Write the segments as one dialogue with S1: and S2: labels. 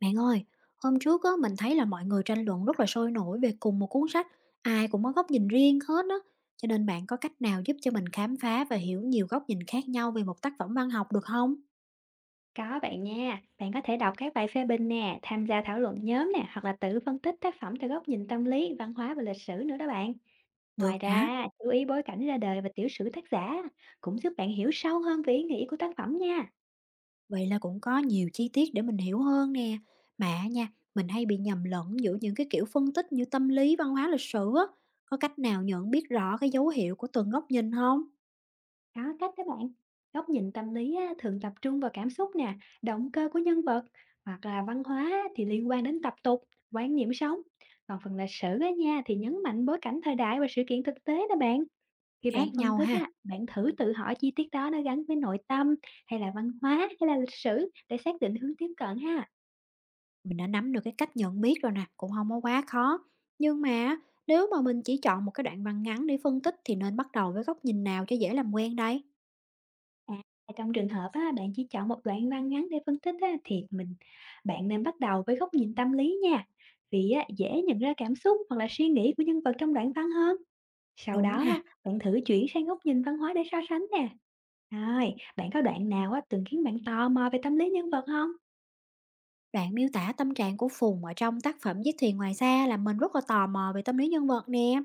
S1: Bạn ơi, hôm trước á, mình thấy là mọi người tranh luận rất là sôi nổi về cùng một cuốn sách, ai cũng có góc nhìn riêng hết á. Cho nên bạn có cách nào giúp cho mình khám phá và hiểu nhiều góc nhìn khác nhau về một tác phẩm văn học được không?
S2: Có bạn nha, bạn có thể đọc các bài phê bình nè, tham gia thảo luận nhóm nè, hoặc là tự phân tích tác phẩm từ góc nhìn tâm lý, văn hóa và lịch sử nữa đó bạn. Ngoài
S1: Được hả?
S2: ra, chú ý bối cảnh ra đời và tiểu sử tác giả cũng giúp bạn hiểu sâu hơn về ý nghĩa của tác phẩm nha.
S1: Vậy là cũng có nhiều chi tiết để mình hiểu hơn nè. Mà nha, mình hay bị nhầm lẫn giữa những cái kiểu phân tích như tâm lý, văn hóa, lịch sử á. Có cách nào nhận biết rõ cái dấu hiệu của từng góc nhìn không?
S2: Có cách đó bạn. Góc nhìn tâm lý á, thường tập trung vào cảm xúc nè, động cơ của nhân vật, hoặc là văn hóa á, thì liên quan đến tập tục, quan niệm sống. Còn phần lịch sử á nha thì nhấn mạnh bối cảnh thời đại và sự kiện thực tế đó bạn. Khi
S1: Khác
S2: bạn phân
S1: nhau
S2: tích
S1: ha.
S2: á, bạn thử tự hỏi chi tiết đó nó gắn với nội tâm hay là văn hóa hay là lịch sử để xác định hướng tiếp cận ha.
S1: Mình đã nắm được cái cách nhận biết rồi nè, cũng không có quá khó. Nhưng mà nếu mà mình chỉ chọn một cái đoạn văn ngắn để phân tích thì nên bắt đầu với góc nhìn nào cho dễ làm quen đây?
S2: À, Trong trường hợp á, bạn chỉ chọn một đoạn văn ngắn để phân tích á, thì bạn nên bắt đầu với góc nhìn tâm lý nha. Vì á, dễ nhận ra cảm xúc hoặc là suy nghĩ của nhân vật trong đoạn văn hơn. Sau
S1: Đúng
S2: đó á,
S1: ha,
S2: bạn thử chuyển sang góc nhìn văn hóa để so sánh nè. Rồi, bạn có đoạn nào á, từng khiến bạn tò mò về tâm lý nhân vật không?
S1: đoạn miêu tả tâm trạng của Phùng ở trong tác phẩm Chiếc thuyền ngoài xa làm mình rất là tò mò về tâm lý nhân vật nè.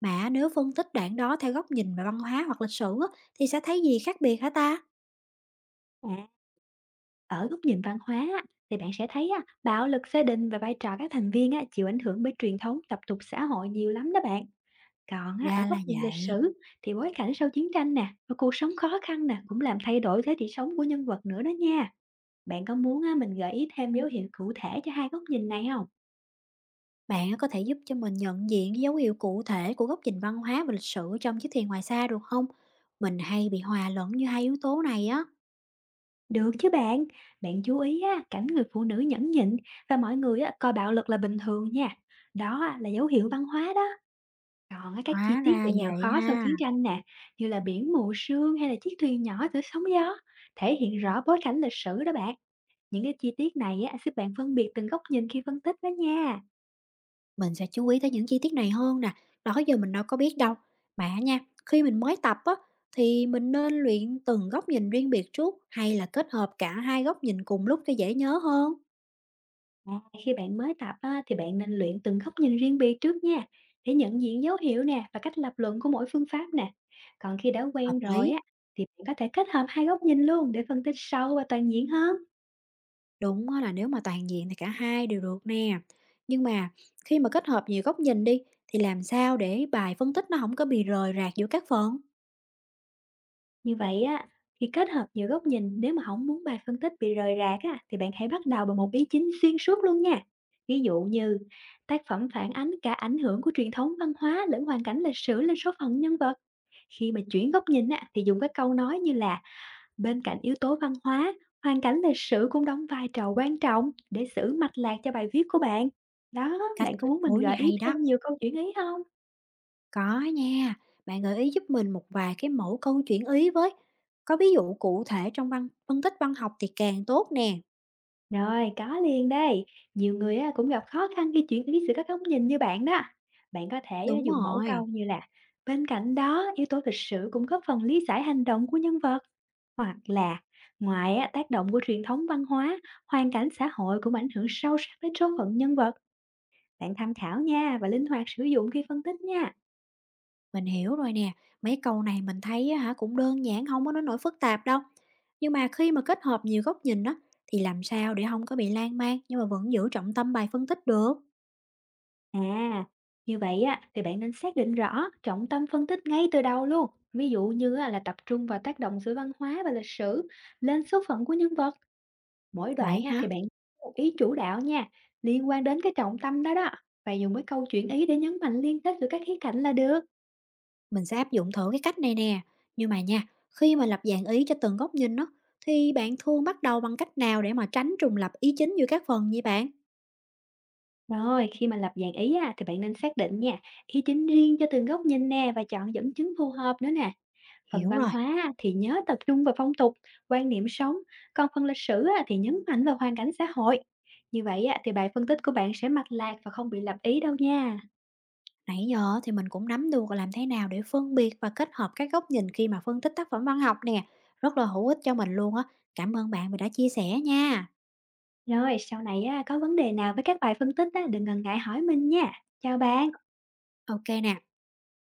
S1: Mà nếu phân tích đoạn đó theo góc nhìn về văn hóa hoặc lịch sử á, thì sẽ thấy gì khác biệt hả ta?
S2: À. Ở góc nhìn văn hóa á, thì bạn sẽ thấy á, bạo lực gia đình và vai trò các thành viên á, chịu ảnh hưởng bởi truyền thống, tập tục xã hội nhiều lắm đó bạn. Còn á, ở
S1: Ra
S2: góc
S1: là
S2: nhìn lịch
S1: vậy.
S2: sử thì bối cảnh sau chiến tranh nè và cuộc sống khó khăn nè cũng làm thay đổi thế hệ sống của nhân vật nữa đó nha. Bạn có muốn á, mình gợi ý thêm dấu hiệu cụ thể cho hai góc nhìn này không?
S1: Bạn có thể giúp cho mình nhận diện cái dấu hiệu cụ thể của góc nhìn văn hóa và lịch sử trong Chiếc thuyền ngoài xa được không? Mình hay bị hòa lẫn như hai yếu tố này á.
S2: Được chứ bạn, bạn chú ý á, cảnh người phụ nữ nhẫn nhịn và mọi người á, coi bạo lực là bình thường nha. Đó á, là dấu hiệu văn hóa đó. Còn á các chi
S1: Hóa
S2: tiết
S1: ra
S2: về nghèo
S1: vậy
S2: khó sau
S1: ha,
S2: chiến tranh nè, như là biển mù sương hay là chiếc thuyền nhỏ giữa sóng gió, thể hiện rõ bối cảnh lịch sử đó bạn. Những cái chi tiết này á, giúp bạn phân biệt từng góc nhìn khi phân tích đó nha.
S1: mình sẽ chú ý tới những chi tiết này hơn nè, đó giờ mình đâu có biết đâu. Mà nha, khi mình mới tập á, thì mình nên luyện từng góc nhìn riêng biệt trước hay là kết hợp cả hai góc nhìn cùng lúc cho dễ nhớ hơn?
S2: Khi bạn mới tập á, thì bạn nên luyện từng góc nhìn riêng biệt trước nha, để nhận diện dấu hiệu nè và cách lập luận của mỗi phương pháp nè. Còn khi đã
S1: Hợp
S2: quen rồi á,
S1: lý,
S2: thì bạn có thể kết hợp hai góc nhìn luôn để phân tích sâu và toàn diện hơn.
S1: đúng á là nếu mà toàn diện thì cả hai đều được nè. Nhưng mà khi mà kết hợp nhiều góc nhìn đi, thì làm sao để bài phân tích nó không có bị rời rạc giữa các phần?
S2: Như vậy á, khi kết hợp nhiều góc nhìn, nếu mà không muốn bài phân tích bị rời rạc á, thì bạn hãy bắt đầu bằng một ý chính xuyên suốt luôn nha. Ví dụ như tác phẩm phản ánh cả ảnh hưởng của truyền thống văn hóa lẫn hoàn cảnh lịch sử lên số phận nhân vật. Khi mà chuyển góc nhìn á, thì dùng các câu nói như là bên cạnh yếu tố văn hóa, hoàn cảnh lịch sử cũng đóng vai trò quan trọng để giữ mạch lạc cho bài viết của bạn. Đó,
S1: Cách
S2: bạn có
S1: kết
S2: muốn mình
S1: nối này
S2: gợi
S1: hay
S2: ý
S1: đó.
S2: thêm nhiều câu chuyện ấy không?
S1: Có nha, bạn gợi ý giúp mình một vài cái mẫu câu chuyện ý với. Có ví dụ cụ thể trong văn phân tích văn học thì càng tốt nè.
S2: Rồi, có liền đây. Nhiều người á, cũng gặp khó khăn khi chuyển ý sự các góc nhìn như bạn đó. Bạn có thể á,
S1: Đúng
S2: dùng mẫu câu
S1: rồi,
S2: như là bên cạnh đó, yếu tố lịch sử cũng góp phần lý giải hành động của nhân vật hoặc là ngoài á, tác động của truyền thống văn hóa, hoàn cảnh xã hội cũng ảnh hưởng sâu sắc đến số phận nhân vật. Bạn tham khảo nha và linh hoạt sử dụng khi phân tích nha.
S1: mình hiểu rồi nè. Mấy câu này mình thấy á hả cũng đơn giản, không có nói nổi phức tạp đâu. Nhưng mà khi mà kết hợp nhiều góc nhìn đó thì làm sao để không có bị lan man nhưng mà vẫn giữ trọng tâm bài phân tích được.
S2: À, Như vậy á thì bạn nên xác định rõ trọng tâm phân tích ngay từ đầu luôn. Ví dụ như á, là tập trung vào tác động giữa văn hóa và lịch sử, lên số phận của nhân vật. Mỗi đoạn
S1: Vậy
S2: á,
S1: hả?
S2: thì bạn có một ý chủ đạo nha, liên quan đến cái trọng tâm đó đó. Và dùng cái câu chuyện ý để nhấn mạnh liên kết giữa các khía cạnh là được.
S1: Mình sẽ áp dụng thử cái cách này nè. Nhưng mà nha, khi mà lập dạng ý cho từng góc nhìn đó thì bạn thường bắt đầu bằng cách nào để mà tránh trùng lặp ý chính giữa các phần vậy bạn?
S2: Rồi, khi mà lập dàn ý á, thì bạn nên xác định nha, ý chính riêng cho từng góc nhìn nè và chọn dẫn chứng phù hợp nữa nè. Phần
S1: Hiểu
S2: văn
S1: rồi,
S2: hóa á, thì nhớ tập trung vào phong tục, quan niệm sống, còn phần lịch sử á, thì nhấn mạnh vào hoàn cảnh xã hội. Như vậy á, thì bài phân tích của bạn sẽ mạch lạc và không bị lặp ý đâu nha.
S1: nãy giờ thì mình cũng nắm được làm thế nào để phân biệt và kết hợp các góc nhìn khi mà phân tích tác phẩm văn học nè. Rất là hữu ích cho mình luôn á. Cảm ơn bạn vì đã chia sẻ nha.
S2: Rồi, sau này á, có vấn đề nào với các bài phân tích á, đừng ngần ngại hỏi mình nha. Chào bạn.
S1: Ok nè,